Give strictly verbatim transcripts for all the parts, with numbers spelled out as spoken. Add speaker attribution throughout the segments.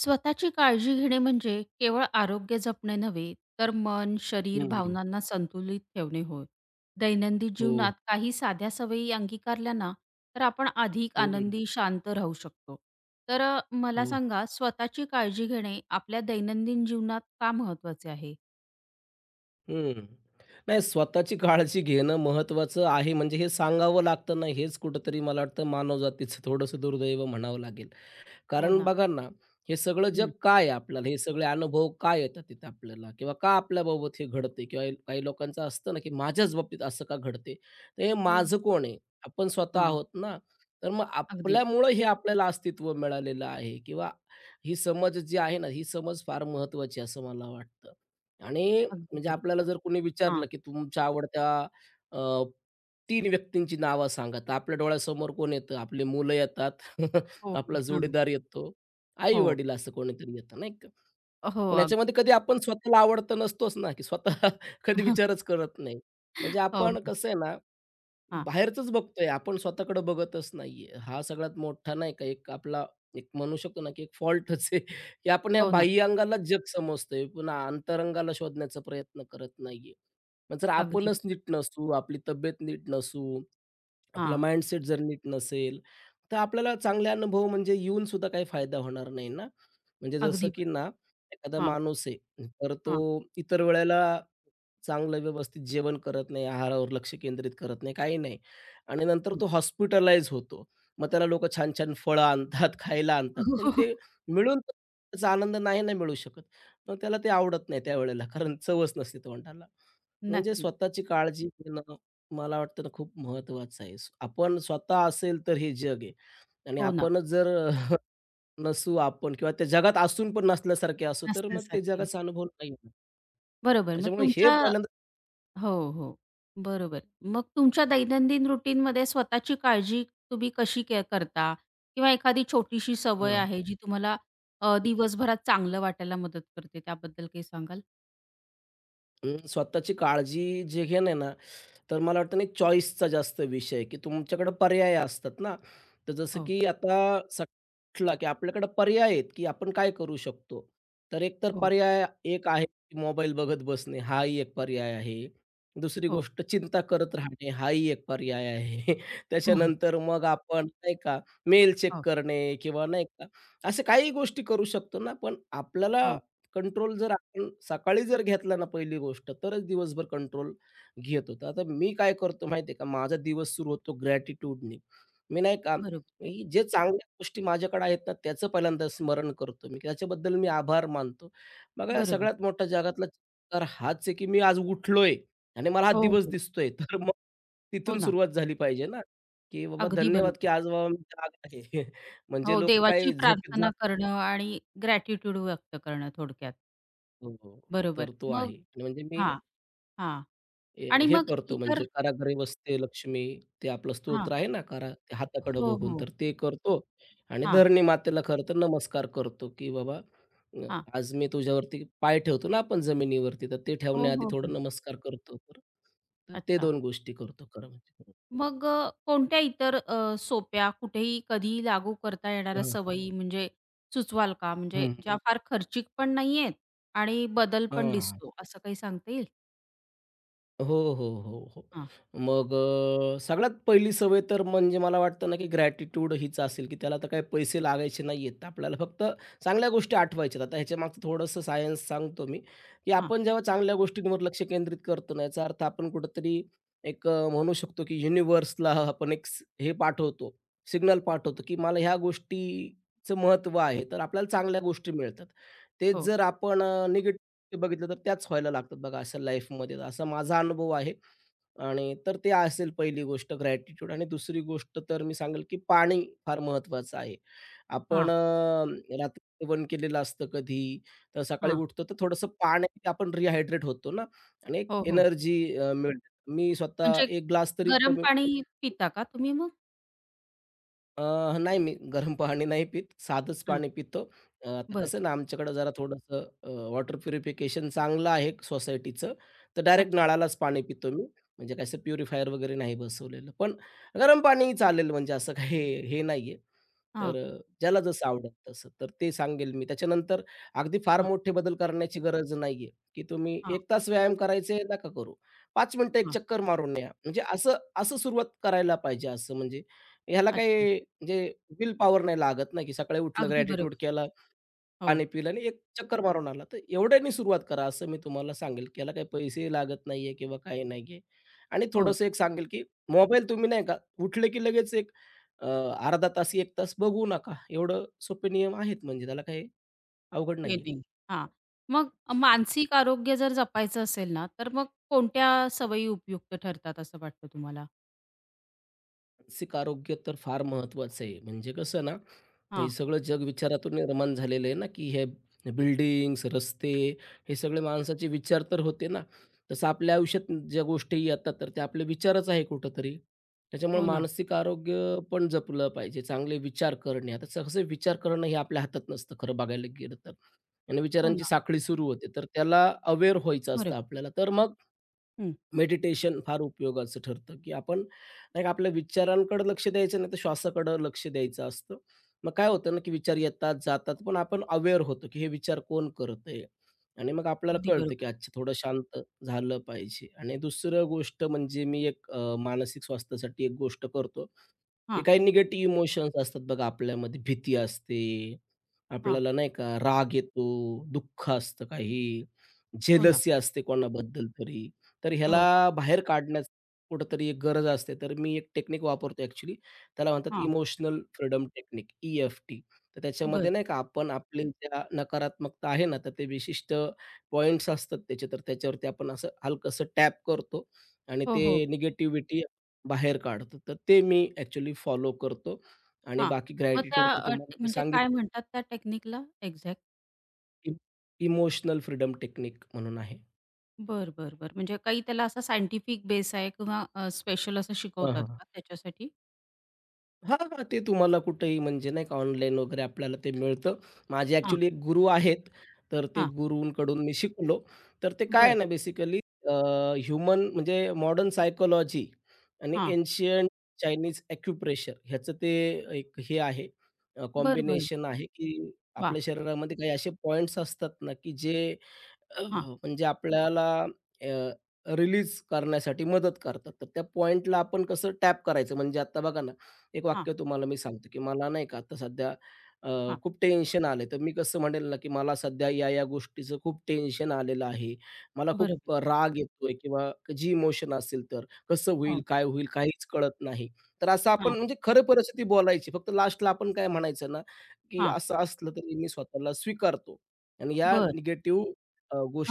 Speaker 1: स्वतःची काळजी घेणे म्हणजे केवळ आरोग्य जपणे नव्हे, तर मन, शरीर,
Speaker 2: हं, हं.
Speaker 1: भावनांना संतुलित ठेवणे होय. दैनंदिन
Speaker 2: हो.
Speaker 1: जीवनात काही साध्या सवयी अंगीकारल्या ना, तर आपण अधिक
Speaker 2: हं.
Speaker 1: आनंदी, शांत राहू शकतो. तर अ, मला
Speaker 2: हो.
Speaker 1: सांगा, स्वतःची काळजी घेणे आपल्या दैनंदिन जीवनात का महत्वाचे आहे?
Speaker 2: हं. नाही स्वतःची काळजी घेणं महत्त्वाचं आहे म्हणजे हे सांगावं लागतं ना, हेच कुठेतरी मला वाटतं मानवजातीचं थोडंसं दुर्दैव म्हणावं लागेल.
Speaker 1: हो
Speaker 2: कारण
Speaker 1: ना.
Speaker 2: बघा ना, हे सगळं जग
Speaker 1: हं.
Speaker 2: काय आहे आपल्याला? हे सगळे अनुभव का येतात तिथे आपल्याला? किंवा का आपल्याबाबत हे घडते? किंवा काही लोकांचं असतं ना, की माझ्याच बाबतीत असं का घडते? तर हे
Speaker 1: हो.
Speaker 2: माझं कोण आहे? आपण स्वतः
Speaker 1: हां.
Speaker 2: आहोत ना. तर मग
Speaker 1: अगदीच.
Speaker 2: आपल्यामुळं हे आपल्याला अस्तित्व मिळालेलं आहे किंवा ही समज जी आहे ना, ही समज फार महत्त्वाची आहे असं मला वाटतं. आणि
Speaker 1: अगदी
Speaker 2: म्हणजे
Speaker 1: बरोबर.
Speaker 2: आपल्याला जर कोणी
Speaker 1: हां.
Speaker 2: विचारलं, की तुमच्या आवडत्या अ, तीन व्यक्तींची नावं सांगा. तर आपल्या डोळ्यासमोर कोण येतं? आपली मुलं येतात.
Speaker 1: हो.
Speaker 2: आपला
Speaker 1: हां.
Speaker 2: जोडीदार येतो,
Speaker 1: हो.
Speaker 2: आई-वडील असं कोणीतरी येतं, नाही का?
Speaker 1: हो.
Speaker 2: पण
Speaker 1: अगदी.
Speaker 2: ह्याच्यामध्ये कधी आपण स्वतःला आवडतं नसतोच ना, की स्वतः कधी विचारच करत नाही. म्हणजे
Speaker 1: हो,
Speaker 2: आपण
Speaker 1: हो.
Speaker 2: कसं आहे ना
Speaker 1: हां.
Speaker 2: बाहेरचंच बघतोय, आपण स्वतःकडे बघतच नाहीये. हा सगळ्यात मोठा नाही का एक आपला एक म्हणू शकतो ना, की एक फॉल्टच आहे, की आपण ह्या
Speaker 1: हो ना.
Speaker 2: बाह्यांगालाच जग समजतोय, पुन्हा अंतरंगाला शोधण्याचा प्रयत्न करत नाहीये. मग जर
Speaker 1: अगदी.
Speaker 2: आपणच नीट नसू, आपली तब्येत नीट नसू, आपला
Speaker 1: हां.
Speaker 2: माइंडसेट जर नीट नसेल, तर आपल्याला चांगले अनुभव म्हणजे येऊन सुद्धा काही फायदा होणार नाही ना. म्हणजे जसं
Speaker 1: अगदी
Speaker 2: की ना,
Speaker 1: बरोबर.
Speaker 2: एखादा
Speaker 1: हां.
Speaker 2: माणूस आहे, तर तो
Speaker 1: हां.
Speaker 2: इतर वेळेला चांगलं व्यवस्थित जेवण करत नाही, आहारावर लक्ष केंद्रित करत नाही, काही नाही. आणि नंतर
Speaker 1: हो.
Speaker 2: तो हॉस्पिटलाईज होतो. मग त्याला लोकं छान-छान फळं आणतात, खायला आणतात. पण ते मिळून त्याचा आनंद नाही ना मिळू शकत. मग त्याला ते आवडत नाही त्यावेळेला, कारण चवच नसते तोंडाला. म्हणजे
Speaker 1: नक्कीच.
Speaker 2: स्वतःची काळजी घेणं मला वाटतं ना खूप महत्त्वाचं आहे. स्व- आपण स्वतः असेल तर हे जग आहे आणि
Speaker 1: हो ना,
Speaker 2: आपणच जर नसू आपण किंवा त्या जगात असून पण नसल्यासारखे असू, तर मग ते
Speaker 1: नसल्यासारखी.
Speaker 2: जगाचा अनुभव नाही येणार.
Speaker 1: बरोबर. मग
Speaker 2: त्याच्यामुळे हे
Speaker 1: तुमच्या
Speaker 2: पहिल्यांदा.
Speaker 1: हो, हो. बरोबर. मग तुमच्या दैनंदिन रुटीनमध्ये स्वतःची काळजी तुम्ही कशी के करता? किंवा एखादी छोटीशी सवय
Speaker 2: हां.
Speaker 1: आहे जी तुम्हाला अ, दिवसभरात चांगलं वाटायला मदत करते, त्याबद्दल काही सांगाल?
Speaker 2: अं, स्वतःची काळजी जे घेणं आहे ना, तर मला वाटतं ना एक चॉईसचा जास्त विषय आहे, की तुमच्याकडे पर्याय असतात ना. तर जसं
Speaker 1: हो,
Speaker 2: की आता सटला, की आपल्याकडे पर्याय आहेत, की आपण काय करू शकतो. तर एक तर
Speaker 1: हो,
Speaker 2: पर्याय एक आहे, की मोबाईल बघत बसणे हाही एक पर्याय आहे. दुसरी
Speaker 1: हो.
Speaker 2: गोष्ट चिंता करत राहणे हाही एक पर्याय आहे.
Speaker 1: हां,
Speaker 2: त्याच्यानंतर मग आपण नाही का मेल चेक
Speaker 1: हां. हो,
Speaker 2: करणे किंवा नाही का, अशा काही गोष्टी करू शकतो ना. पण आपल्याला
Speaker 1: हो.
Speaker 2: कंट्रोल जर आपण सकाळी जर घेतला ना पहिली गोष्ट, तरच दिवसभर कंट्रोल घेतो. तर आता मी काय करतो माहिती आहे का, माझा दिवस सुरू होतो ग्रॅटिट्यूडनी. मी नाही का,
Speaker 1: बरोबर,
Speaker 2: मी जे चांगल्या गोष्टी माझ्याकडे आहेत ना, त्याचं पहिल्यांदा स्मरण करतो मी, की त्याच्याबद्दल मी आभार मानतो. बघा
Speaker 1: बरोबर.
Speaker 2: सगळ्यात मोठा जगातला चमत्कार हाच आहे, की मी आज उठलोय आणि मला हा
Speaker 1: हो,
Speaker 2: दिवस
Speaker 1: हो.
Speaker 2: दिसतोय. तर मग
Speaker 1: हो
Speaker 2: तिथून
Speaker 1: ना,
Speaker 2: सुरुवात झाली पाहिजे ना, की बाबा
Speaker 1: अगदी
Speaker 2: धन्यवाद, की
Speaker 1: बरोबर.
Speaker 2: आज बाबा मी जाग आहे. म्हणजे
Speaker 1: हो,
Speaker 2: लोकं
Speaker 1: देवाची
Speaker 2: काय झोपेत जात
Speaker 1: प्रार्थना करणं आणि ग्रॅटिट्यूड व्यक्त करणं थोडक्यात.
Speaker 2: हो, हो. तर
Speaker 1: बरोबर.
Speaker 2: तो
Speaker 1: मग
Speaker 2: आहे. आणि म्हणजे मी
Speaker 1: हां, हां.
Speaker 2: ए,
Speaker 1: आणि
Speaker 2: हे
Speaker 1: मग
Speaker 2: करतो
Speaker 1: इतर
Speaker 2: म्हणजे "करागरी वसते लक्ष्मी" ते आपलं
Speaker 1: हां.
Speaker 2: स्तोत्र आहे ना, करा ते हाताकडं
Speaker 1: हो,
Speaker 2: बघून,
Speaker 1: हो.
Speaker 2: तर ते करतो आणि
Speaker 1: हां,
Speaker 2: धरणी मातेला खरं तर नमस्कार करतो, की बाबा, अ,
Speaker 1: हां.
Speaker 2: आज मी तुझ्यावरती पाय ठेवतो ना आपण जमिनीवरती, तर ते
Speaker 1: हो,
Speaker 2: ठेवण्याआधी
Speaker 1: हो,
Speaker 2: थोडं
Speaker 1: हो.
Speaker 2: नमस्कार करतो. तर तर ते
Speaker 1: अच्छा.
Speaker 2: दोन गोष्टी करतो खरं म्हणजे.
Speaker 1: मग अ, कोणत्या इतर अ, सोप्या कुठेही कधीही लागू करता येणाऱ्या
Speaker 2: हां.
Speaker 1: सवयी म्हणजे सुचवाल का? म्हणजे
Speaker 2: हं.
Speaker 1: ज्या फार खर्चिक पण नाहीयेत आणि बदल पण
Speaker 2: हां.
Speaker 1: दिसतो असं काही सांगता येईल?
Speaker 2: हो, हो, हो, हो.
Speaker 1: हां,
Speaker 2: मग अ, सगळ्यात पहिली सवय तर म्हणजे मला वाटतं ना, की ग्रॅटिट्यूड हीच असेल, की त्याला तर काही पैसे लागायचे नाहीयेत. आपल्याला फक्त चांगल्या गोष्टी आठवायच्यात. आता ह्याच्यामागचं थोडंसं सायन्स सांगतो मी, की
Speaker 1: हां.
Speaker 2: आपण जेव्हा चांगल्या गोष्टींवर लक्ष केंद्रित करतो ना, याचा अर्थ आपण कुठेतरी एक अ, म्हणू शकतो, की युनिव्हर्सला आपण एक स हे पाठवतो, सिग्नल पाठवतो, की मला ह्या गोष्टीचं महत्त्व आहे. तर आपल्याला चांगल्या गोष्टी मिळतात. तेच
Speaker 1: हो.
Speaker 2: जर आपण ते बघितलं तर त्याच व्हायला लागतात बघा असं लाईफमध्ये असा माझा अनुभव आहे आणि तर ते असेल पहिली गोष्ट ग्रॅटिट्यूड आणि दुसरी गोष्ट तर मी सांगेल की पाणी फार महत्वाचं आहे. आपण
Speaker 1: हां,
Speaker 2: अ, रात्री जेवण केलेलं असतं कधी, तर सकाळी
Speaker 1: हां.
Speaker 2: उठतो तर थोडंसं पाण्याने आपण रिहायड्रेट होतो ना आणि एक
Speaker 1: हो, हो.
Speaker 2: एनर्जी मिळते. मी स्वतः
Speaker 1: म्हणजे
Speaker 2: एक ग्लास तरी
Speaker 1: गरम
Speaker 2: कमी.
Speaker 1: पाणी पिता का तुम्ही मग?
Speaker 2: अ, नाही मी गरम पाणी नाही पित, साधंच
Speaker 1: हां.
Speaker 2: पाणी पितो. अ, आता
Speaker 1: बरं.
Speaker 2: कसं ना आमच्याकडं जरा थोडंसं अ, वॉटर प्युरिफिकेशन चांगलं आहे सोसायटीचं. तर डायरेक्ट
Speaker 1: अच्छा.
Speaker 2: नळालाच पाणी पितो मी. म्हणजे काय असं प्युरिफायर वगैरे नाही बसवलेलं. पण गरम पाणी चालेल म्हणजे असं काही हे नाहीये.
Speaker 1: हां,
Speaker 2: तर अ, ज्याला जसं आवडेल तसं. तर ते सांगेल मी. त्याच्यानंतर अगदी फार
Speaker 1: हां,
Speaker 2: मोठे बदल करण्याची गरज नाहीये, की तुम्ही
Speaker 1: हां,
Speaker 2: एक तास व्यायाम करायचे नका करू. पाच मिनिटं एक
Speaker 1: हां.
Speaker 2: चक्कर मारून या. म्हणजे असं असं सुरुवात करायला पाहिजे असं म्हणजे ह्याला
Speaker 1: अच्छा.
Speaker 2: काही म्हणजे विल पॉवर नाही लागत ना, की सकाळी उठलं,
Speaker 1: अगदी
Speaker 2: ग्रॅटिट्यूड
Speaker 1: बरोबर.
Speaker 2: केला,
Speaker 1: हो,
Speaker 2: पाणी पिलं आणि एक चक्कर मारून आला. तर एवढ्यानी सुरुवात करा असं मी तुम्हाला सांगेल, की याला काही पैसेही लागत नाहीये किंवा काही नाहीये. आणि
Speaker 1: हो.
Speaker 2: थोडंसं एक सांगेल, की मोबाईल तुम्ही नाही का उठले की लगेच एक अ, अर्धा तास, एक तास बघू नका. एवढं सोपे नियम आहेत म्हणजे त्याला काही अवघड
Speaker 1: हे
Speaker 2: नाहीये.
Speaker 1: नाही. हां. मग मानसिक आरोग्य जर जपायचं असेल ना, तर मग कोणत्या सवयी उपयुक्त ठरतात असं वाटतं तुम्हाला?
Speaker 2: मानसिक आरोग्य तर फार महत्त्वाचं आहे. म्हणजे कसं ना, हे
Speaker 1: हां.
Speaker 2: सगळं जग विचारातून निर्माण झालेलं आहे ना, की हे बिल्डिंग्स, रस्ते हे सगळे माणसाचे विचार तर होते ना. तसं आपल्या आयुष्यात ज्या गोष्टी येतात, तर ते आपले विचारच आहे कुठेतरी. त्याच्यामुळे
Speaker 1: हो ना,
Speaker 2: मानसिक आरोग्य पण जपलं पाहिजे. चांगले विचार करणे. आता सहसा विचार करणं हे आपल्या हातात नसतं खरं बघायला गेलं तर आणि
Speaker 1: हो
Speaker 2: विचारांची
Speaker 1: ना.
Speaker 2: साखळी सुरू होते. तर त्याला अवेअर व्हायचं
Speaker 1: बरोबर.
Speaker 2: असतं आपल्याला. तर मग
Speaker 1: हं.
Speaker 2: मेडिटेशन फार उपयोगाचं ठरतं, की आपण नाही का आपल्या विचारांकडे लक्ष द्यायचं नाही तर श्वासाकडं लक्ष द्यायचं असतं. मग काय होतं ना, की विचार येतात, जातात पण आपण अवेअर होतो, की हे विचार कोण करतंय आणि मग आपल्याला
Speaker 1: अगदी
Speaker 2: कळतं, की
Speaker 1: बरोबर.
Speaker 2: अच्छा थोडं शांत झालं पाहिजे. आणि दुसरं गोष्ट म्हणजे मी एक अ, मानसिक स्वास्थ्यासाठी एक गोष्ट करतो, की
Speaker 1: हां,
Speaker 2: काही निगेटिव्ह इमोशन्स असतात बघा आपल्यामध्ये. भीती असते,
Speaker 1: हां.
Speaker 2: आपल्याला नाही का राग येतो, दुःख असतं काही,
Speaker 1: हो ना.
Speaker 2: जेलसी असते कोणाबद्दल तरी. तर ह्याला
Speaker 1: हो, हो.
Speaker 2: बाहेर काढण्याची कुठेतरी एक गरज असते. तर मी एक टेक्निक वापरतो ॲक्चुअली. त्याला म्हणतात
Speaker 1: हां.
Speaker 2: Emotional freedom technique, E F T. तर त्याच्यामध्ये
Speaker 1: बरं.
Speaker 2: नाही का आपण आपली ज्या नकारात्मकता आहे ना, तर ते विशिष्ट पॉइंट्स असतात त्याचे, तर त्याच्यावरती आपण असं हलकसं टॅप करतो आणि
Speaker 1: हो,
Speaker 2: ते
Speaker 1: हो.
Speaker 2: निगेटिव्हिटी बाहेर काढतो. तर ते मी ॲक्चुअली फॉलो करतो आणि
Speaker 1: हां.
Speaker 2: बाकी
Speaker 1: मग त्या
Speaker 2: ग्रॅटिट्यूड तर
Speaker 1: अ,
Speaker 2: तुम्हाला
Speaker 1: टे-
Speaker 2: मी
Speaker 1: म्हणजे काय
Speaker 2: सांगितलं
Speaker 1: म्हणतात त्या टेक्निकला एक्झॅक्ट?
Speaker 2: की इमोशनल फ्रीडम टेक्निक म्हणून आहे.
Speaker 1: बरं, बरं, बरं. म्हणजे काही त्याला असा सायंटिफिक बेस आहे किंवा अ, स्पेशल असं
Speaker 2: हां,
Speaker 1: शिकवतात
Speaker 2: हां.
Speaker 1: का त्याच्यासाठी?
Speaker 2: हां, हां. ते तुम्हाला कुठेही म्हणजे नाही का ऑनलाईन वगैरे आपल्याला ते मिळतं. माझे
Speaker 1: हां,
Speaker 2: ॲक्चुअली एक गुरु आहेत. तर ते
Speaker 1: हां.
Speaker 2: गुरूंकडून मी शिकलो. तर ते काय आहे
Speaker 1: बरं.
Speaker 2: ना बेसिकली अ, ह्यूमन म्हणजे मॉडर्न सायकॉलॉजी आणि
Speaker 1: हां.
Speaker 2: एन्शियंट चायनीज ॲक्युप्रेशर ह्याचं ते एक हे आहे अ,
Speaker 1: बरं, बरं.
Speaker 2: कॉम्बिनेशन आहे, की
Speaker 1: वाह!
Speaker 2: आपल्या शरीरामध्ये काही असे पॉइंट्स असतात ना, की जे अ,
Speaker 1: हां,
Speaker 2: म्हणजे आपल्याला अ, रिलीज करण्यासाठी मदत करतात. तर त्या पॉइंटला आपण कसं टॅप करायचं म्हणजे आता बघा ना एक
Speaker 1: हां,
Speaker 2: वाक्य तुम्हाला मी सांगतो, की मला नाही का आता सध्या अ,
Speaker 1: हां.
Speaker 2: खूप टेन्शन आलंय. तर मी कसं म्हणेल ना, की मला सध्या या-या गोष्टीचं खूप टेन्शन आलेलं आहे. मला खूप
Speaker 1: बरोबर.
Speaker 2: राग येतोय किंवा जी इमोशन असेल तर कसं होईल,
Speaker 1: हो.
Speaker 2: काय होईल काहीच कळत नाही. तर असं आपण
Speaker 1: हां,
Speaker 2: म्हणजे खरं परिस्थिती बोलायची. फक्त लास्टला आपण काय म्हणायचं ना, की असं असलं तरी मी स्वतःला स्वीकारतो आणि या
Speaker 1: बरं.
Speaker 2: निगेटिव्ह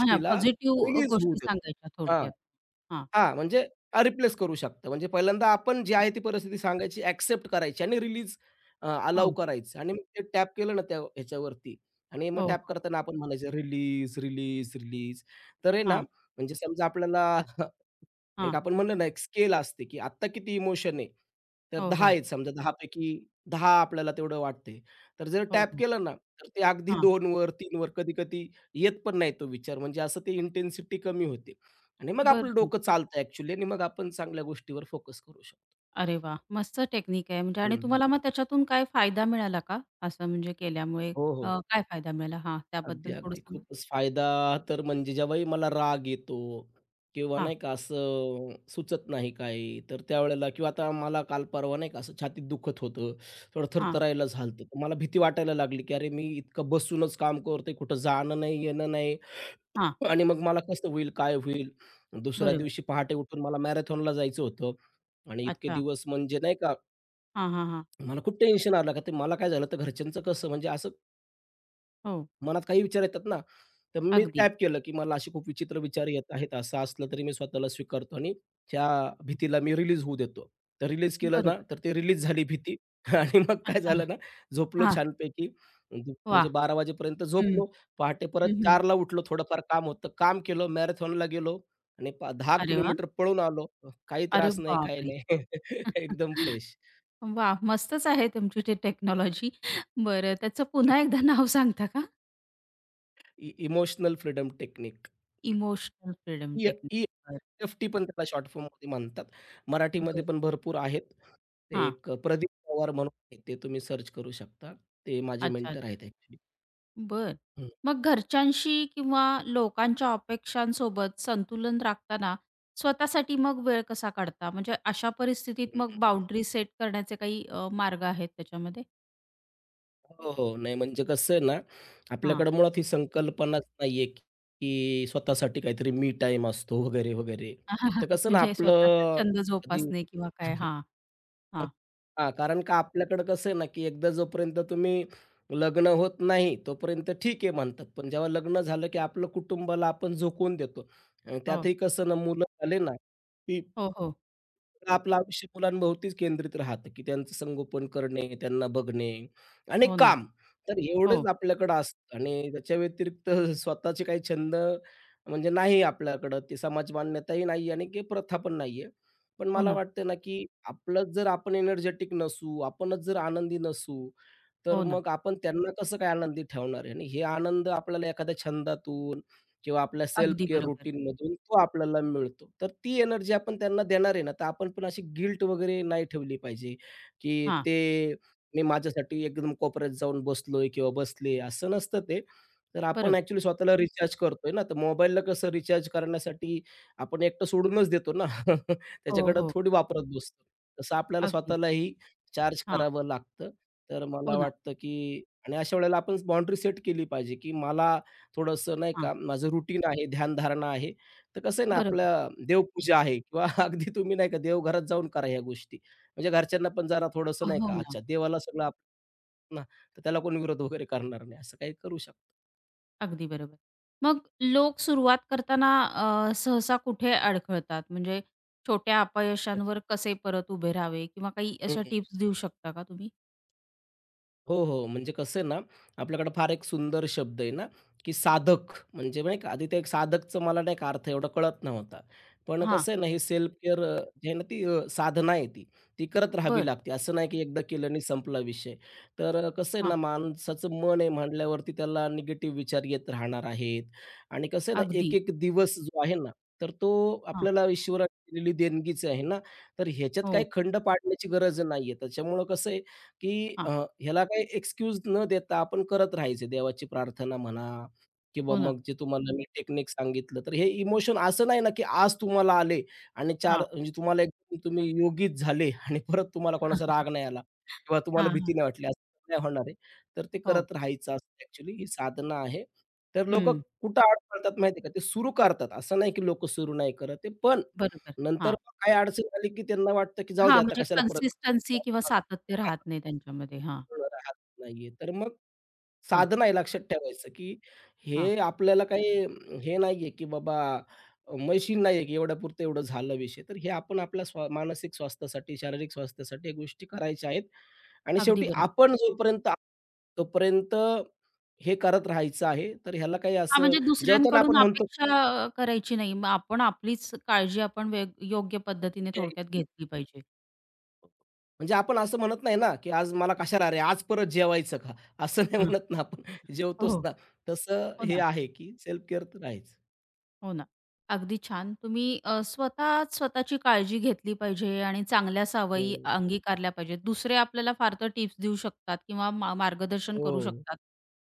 Speaker 1: हां, पॉझिटिव्ह
Speaker 2: रिलीज होऊ
Speaker 1: गोष्टी
Speaker 2: देतो.
Speaker 1: सांगायच्या
Speaker 2: हां.
Speaker 1: थोडक्यात. हां,
Speaker 2: हां, म्हणजे अ, रिप्लेस करू शकतं. म्हणजे पहिल्यांदा आपण जी आहे ती परिस्थिती सांगायची, ॲक्सेप्ट करायची आणि रिलीज अ, अलाऊ
Speaker 1: हां.
Speaker 2: करायचं आणि मग ते टॅप केलं ना त्या ह्याच्यावरती आणि मग
Speaker 1: हो,
Speaker 2: टॅप
Speaker 1: हो.
Speaker 2: करताना आपण म्हणायचं रिलीज, रिलीज, रिलीज. तर आहे ना,
Speaker 1: हां,
Speaker 2: म्हणजे समजा आपल्याला एक
Speaker 1: हां.
Speaker 2: आपण म्हणलं ना, एक स्केल असते, की आत्ता किती इमोशन आहे. तर
Speaker 1: हो,
Speaker 2: दहा
Speaker 1: हो.
Speaker 2: आहेत समजा दहा पैकी दहा आपल्याला तेवढं वाटतंय. तर जर
Speaker 1: हो,
Speaker 2: टॅप
Speaker 1: हो.
Speaker 2: केलं ना, तर ते अगदी
Speaker 1: हां.
Speaker 2: दोन वर तीन वर कधी-कधी येत पण नाही तो विचार. म्हणजे असं ते इंटेन्सिटी कमी होते आणि मग
Speaker 1: बरं,
Speaker 2: आपलं
Speaker 1: बरं.
Speaker 2: डोकं चालतं ॲक्चुअली आणि मग आपण चांगल्या गोष्टीवर फोकस करू शकतो.
Speaker 1: अरे वाह! मस्त टेक्निक आहे म्हणजे आणि
Speaker 2: हं,
Speaker 1: तुम्हाला मग त्याच्यातून काय फायदा मिळाला का? असं म्हणजे केल्यामुळे
Speaker 2: हो, हो.
Speaker 1: अ, काय फायदा मिळाला? हां,
Speaker 2: अगदी,
Speaker 1: त्याबद्दल थोडं
Speaker 2: अगदी.
Speaker 1: सांगा?
Speaker 2: खूपच फायदा तर म्हणजे जेव्हाही मला राग येतो किंवा
Speaker 1: हां,
Speaker 2: नाही का असं सुचत नाही काही, तर त्यावेळेला किंवा आता मला काल परवा नाही का असं छातीत दुखत होतं, थोडं
Speaker 1: हां,
Speaker 2: थरथरायला झालतं. तर मला भीती वाटायला लागली, की अरे मी इतकं बसूनच काम करतोय, कुठं जाणं नाही, येणं नाही
Speaker 1: हां.
Speaker 2: आणि मग मला कसं होईल, काय होईल? दुसऱ्या
Speaker 1: बरोबर.
Speaker 2: दिवशी पहाटे उठून मला मॅरेथॉनला जायचं होतं आणि इतके
Speaker 1: अच्छा.
Speaker 2: दिवस म्हणजे नाही का
Speaker 1: हां, हां, हां.
Speaker 2: मला खूप टेन्शन आलं, का ते मला काय झालं तर घरच्यांचं कसं म्हणजे असं
Speaker 1: हो,
Speaker 2: मनात काही विचार येतात ना, तर मी
Speaker 1: अगदी.
Speaker 2: टॅप केलं, की मला असे खूप विचित्र विचार येत आहेत. असं असलं तरी मी स्वतःला स्वीकारतो आणि त्या भीतीला मी रिलीज होऊ देतो. तर रिलीज केलं ना,
Speaker 1: बरोबर.
Speaker 2: तर ते रिलीज झाली भीती आणि मग काय
Speaker 1: अच्छा.
Speaker 2: झालं ना, झोपलो
Speaker 1: हां,
Speaker 2: छानपैकी. म्हणजे
Speaker 1: वाह!
Speaker 2: म्हणजे बारा वाजेपर्यंत
Speaker 1: हं.
Speaker 2: झोपलो. पहाटे परत
Speaker 1: हं, हं.
Speaker 2: चारला उठलो. थोडंफार काम होतं. काम केलं. मॅरेथॉनला गेलो आणि पा दहा
Speaker 1: अरे वाह!
Speaker 2: किलोमीटर पळून आलो. काही
Speaker 1: अरे
Speaker 2: त्रास नाही, काही
Speaker 1: बापरे!
Speaker 2: नाही. एकदम फ्रेश.
Speaker 1: वा, मस्तच आहे तुमची ती टेक्नॉलॉजी. बरं त्याचं पुन्हा एकदा नाव सांगता का?
Speaker 2: Emotional freedom technique.
Speaker 1: Emotional freedom
Speaker 2: E
Speaker 1: technique. बरं.
Speaker 2: ई-एफ-टी पण त्याला शॉर्ट फॉर्ममध्ये म्हणतात.
Speaker 1: बरं.
Speaker 2: मराठीमध्ये पण भरपूर आहेत. ते
Speaker 1: हां.
Speaker 2: एक प्रदीप पवार म्हणून आहेत, ते तुम्ही सर्च करू शकता. ते माझे
Speaker 1: अच्छा,
Speaker 2: मेंटर
Speaker 1: अच्छा.
Speaker 2: आहेत ॲक्चुअली.
Speaker 1: बरं.
Speaker 2: हं,
Speaker 1: मग घरच्यांशी किंवा लोकांच्या अपेक्षांसोबत संतुलन राखताना स्वतःसाठी मग वेळ कसा काढता? म्हणजे अशा परिस्थितीत मग
Speaker 2: हं.
Speaker 1: बाउंडरी सेट करण्याचे काही अ, मार्ग आहेत त्याच्यामध्ये?
Speaker 2: हो, हो. नाही म्हणजे कसं आहे ना,
Speaker 1: हां.
Speaker 2: आपल्याकडे मुळात ही संकल्पनाच नाहीये, की की स्वतःसाठी काहीतरी मी टाईम असतो वगैरे, वगैरे. तर कसं ना
Speaker 1: म्हणजे स्वतःचा
Speaker 2: आपलं
Speaker 1: छंद
Speaker 2: कधी.
Speaker 1: जोपासणे किंवा काय? हां, हां.
Speaker 2: हां, कारण का आपल्याकडं कसं आहे ना, की एकदा जोपर्यंत तुम्ही लग्न होत नाही, तोपर्यंत ठीक आहे म्हणतात. पण जेव्हा लग्न झालं, की आपलं कुटुंबाला आपण झोकवून देतो. आणि
Speaker 1: हो.
Speaker 2: त्यातही कसं ना, मुलं झाले ना, की
Speaker 1: हो, हो.
Speaker 2: आपलं आयुष्य मुलांभोवतीच केंद्रित राहतं, की त्यांचं संगोपन करणे, त्यांना बघणे आणि
Speaker 1: हो ना.
Speaker 2: काम. तर एवढंच
Speaker 1: हो.
Speaker 2: आपल्याकडं असतं आणि त्याच्या व्यतिरिक्त स्वतःचे काही छंद म्हणजे नाही आपल्याकडं. ते समाज मान्यताही नाही आणि काही प्रथा पण नाही. पण
Speaker 1: हो
Speaker 2: मला
Speaker 1: ना.
Speaker 2: वाटतं ना, की आपलंच जर आपण एनर्जेटिक नसू, आपणच जर आनंदी नसू, तर
Speaker 1: हो ना.
Speaker 2: मग आपण त्यांना कसं काय आनंदी ठेवणार आहे? आणि हे आनंद आपल्याला एखाद्या छंदातून किंवा आपल्या सेल्फ
Speaker 1: अगदी
Speaker 2: केअर
Speaker 1: बरोबर.
Speaker 2: रूटीनमधून तो आपल्याला मिळतो. तर ती एनर्जी आपण त्यांना देणार आहे ना, तर आपण पण अशी गिल्ट वगैरे नाही ठेवली पाहिजे, की
Speaker 1: हां,
Speaker 2: ते मी माझ्यासाठी एकदम कोपऱ्यात जाऊन बसलोय किंवा बसले असं नसतं ते. तर आपण
Speaker 1: बरोबर.
Speaker 2: ॲक्चुअली स्वतःला रिचार्ज करतोय ना, तर मोबाईलला कसं रिचार्ज करण्यासाठी आपण एकटं सोडूनच देतो ना.
Speaker 1: हो,
Speaker 2: त्याच्याकडं
Speaker 1: हो.
Speaker 2: थोडी वापरत बसतो. तसं आपल्याला
Speaker 1: अगदी.
Speaker 2: स्वतःलाही चार्ज
Speaker 1: हां,
Speaker 2: करावं लागतं. तर मला
Speaker 1: हो ना.
Speaker 2: वाटतं, की आणि अशा वेळेला आपण बाउंडरी सेट केली पाहिजे, की मला थोडंसं नाही
Speaker 1: हां,
Speaker 2: का माझं रुटीन आहे, ध्यानधारणा आहे. तर कसं आहे ना,
Speaker 1: बरोबर.
Speaker 2: आपल्या देवपूजा आहे किंवा अगदी तुम्ही नाही का देवघरात जाऊन करा ह्या गोष्टी. म्हणजे घरच्यांना पण जरा थोडंसं नाही
Speaker 1: हो
Speaker 2: का
Speaker 1: ना.
Speaker 2: अच्छा देवाला सगळं आपण ना, तर त्याला कोण विरोध वगैरे करणार नाही. असं काही करू शकतो.
Speaker 1: अगदी बरोबर. मग लोक सुरुवात करताना अ, सहसा कुठे अडखळतात? म्हणजे छोट्या
Speaker 2: अच्छा.
Speaker 1: अपयशांवर कसे परत उभे राहावे किंवा काही अशा टिप्स देऊ शकता का तुम्ही?
Speaker 2: हो, हो. म्हणजे कसं आहे ना, आपल्याकडे फार एक सुंदर शब्द आहे ना, की साधक म्हणजे नाही का, आधी ते एक साधकचं मला नाही का अर्थ एवढा कळत नव्हता. पण
Speaker 1: हां,
Speaker 2: कसं आहे ना, ही सेल्फ केअर जे आहे ना, ती अ, साधना आहे ती. ती करत राहावी
Speaker 1: बरं.
Speaker 2: लागते. असं नाही की एकदा केलं आणि संपला विषय. तर अ, कसं आहे
Speaker 1: हां,
Speaker 2: ना, माणसाचं मन आहे म्हटल्यावरती त्याला निगेटिव्ह विचार येत राहणार आहेत. आणि कसं आहे ना,
Speaker 1: अगदी.
Speaker 2: एक एक दिवस जो आहे ना, तर तो
Speaker 1: हां,
Speaker 2: आपल्याला ईश्वराने दिलेली देणगीच आहे ना. तर ह्याच्यात काही
Speaker 1: हो.
Speaker 2: खंड पाडण्याची गरज नाहीये. त्याच्यामुळं कसं आहे की अ,
Speaker 1: हां,
Speaker 2: ह्याला काही एक्सक्यूज न देता आपण करत राहायचे. देवाची प्रार्थना म्हणा किंवा
Speaker 1: हो ना.
Speaker 2: मग जे तुम्हाला मी टेक्निक सांगितलं, तर हे इमोशन असं नाही ना, की आज तुम्हाला आले आणि चार
Speaker 1: हां,
Speaker 2: म्हणजे तुम्हाला एकदम तुम्ही योगीच झाले आणि परत तुम्हाला
Speaker 1: हां,
Speaker 2: कोणाचा राग नाही आला किंवा तुम्हाला भीती
Speaker 1: हां.
Speaker 2: नाही वाटली, असं नाही होणार आहे. तर ते
Speaker 1: हो.
Speaker 2: करत राहायचं असतं ॲक्चुअली ही साधना आहे. तर लोकं
Speaker 1: हं,
Speaker 2: कुठं अडखळतात माहिती आहे का? ते सुरू करतात. असं नाही की लोकं सुरू नाही करत आहे, पण
Speaker 1: बरोबर.
Speaker 2: नंतर
Speaker 1: हां.
Speaker 2: काही अडचण आली, की त्यांना वाटतं, की जाऊ दे
Speaker 1: हां,
Speaker 2: आता
Speaker 1: म्हणजे
Speaker 2: कशाला परत.
Speaker 1: कन्सिस्टन्सी
Speaker 2: हां,
Speaker 1: किंवा
Speaker 2: हां.
Speaker 1: सातत्य राहत नाही त्यांच्यामध्ये. हां,
Speaker 2: फळं राहत नाहीये. तर मग
Speaker 1: हां,
Speaker 2: साधन आहे लक्षात ठेवायचं, की
Speaker 1: हां.
Speaker 2: हे आपल्याला काही अं, हे नाहीये, की बाबा अ, मशीन नाहीये, की एवढ्यापुरतं एवढं झालं विषय. तर हे आपण आपल्या स्वा मानसिक स्वास्थ्यासाठी, शारीरिक स्वास्थ्यासाठी या गोष्टी करायच्या आहेत. आणि
Speaker 1: अगदी
Speaker 2: शेवटी
Speaker 1: बरोबर.
Speaker 2: आपण जोपर्यंत आहोत, तोपर्यंत हे करत राहायचं आहे. तर ह्याला काही
Speaker 1: हां,
Speaker 2: असं
Speaker 1: म्हणजे
Speaker 2: जेवताना आपण
Speaker 1: दुसऱ्यांकडून अपेक्षा अ, करायची नाही. मग आपण आपलीच काळजी आपण वेग योग्य पद्धतीने थोडक्यात
Speaker 2: म्हणतो
Speaker 1: घेतली पाहिजे.
Speaker 2: म्हणजे आपण असं म्हणत नाही ना, की आज मला कशाला रे, आज परत जेवायचं का? असं नाही
Speaker 1: हां.
Speaker 2: म्हणत ना आपण,
Speaker 1: हो,
Speaker 2: जेवतोच
Speaker 1: हो.
Speaker 2: ना. तसं
Speaker 1: हो
Speaker 2: हे
Speaker 1: ना.
Speaker 2: आहे, की सेल्फ केअर तर आहेच.
Speaker 1: हो ना. अगदी छान. तुम्ही अ, स्वतःच स्वतःची काळजी घेतली पाहिजे आणि चांगल्या सवयी
Speaker 2: हं.
Speaker 1: अंगीकारल्या पाहिजेत. दुसरे आपल्याला फार तर टिप्स देऊ शकतात किंवा मा मार्गदर्शन
Speaker 2: हो.
Speaker 1: करू शकतात.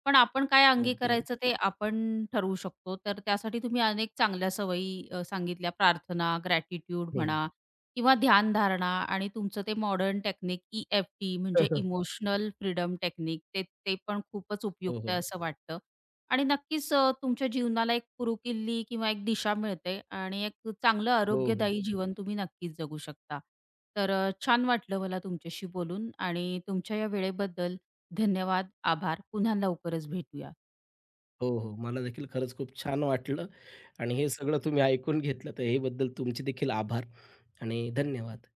Speaker 1: पण आपण काय
Speaker 2: अगदी, अगदी.
Speaker 1: अंगीकारायचं ते आपण ठरवू शकतो. तर त्यासाठी तुम्ही अनेक चांगल्या सवयी अ, सांगितल्या. प्रार्थना, ग्रॅटिट्यूड
Speaker 2: हं.
Speaker 1: म्हणा किंवा ध्यानधारणा आणि तुमचं ते modern technique E F T म्हणजे इमोशनल फ्रीडम टेक्निक ते ते पण खूपच
Speaker 2: हो,
Speaker 1: उपयुक्त आहे
Speaker 2: हो.
Speaker 1: असं वाटतं. आणि नक्कीच अ, तुमच्या जीवनाला एक कुरुकिल्ली किंवा एक दिशा मिळते आणि एक चांगलं
Speaker 2: हो, हो.
Speaker 1: आरोग्यदायी जीवन तुम्ही नक्कीच जगू शकता. तर अ, छान वाटलं मला तुमच्याशी बोलून आणि तुमच्या या वेळेबद्दल धन्यवाद, आभार. पुन्हा लवकरच भेटूया.
Speaker 2: हो, हो. मला देखील खरंच खूप छान वाटलं आणि हे सगळं तुम्ही ऐकून घेतलं, तर हे बद्दल तुमचे देखील आभार आणि धन्यवाद.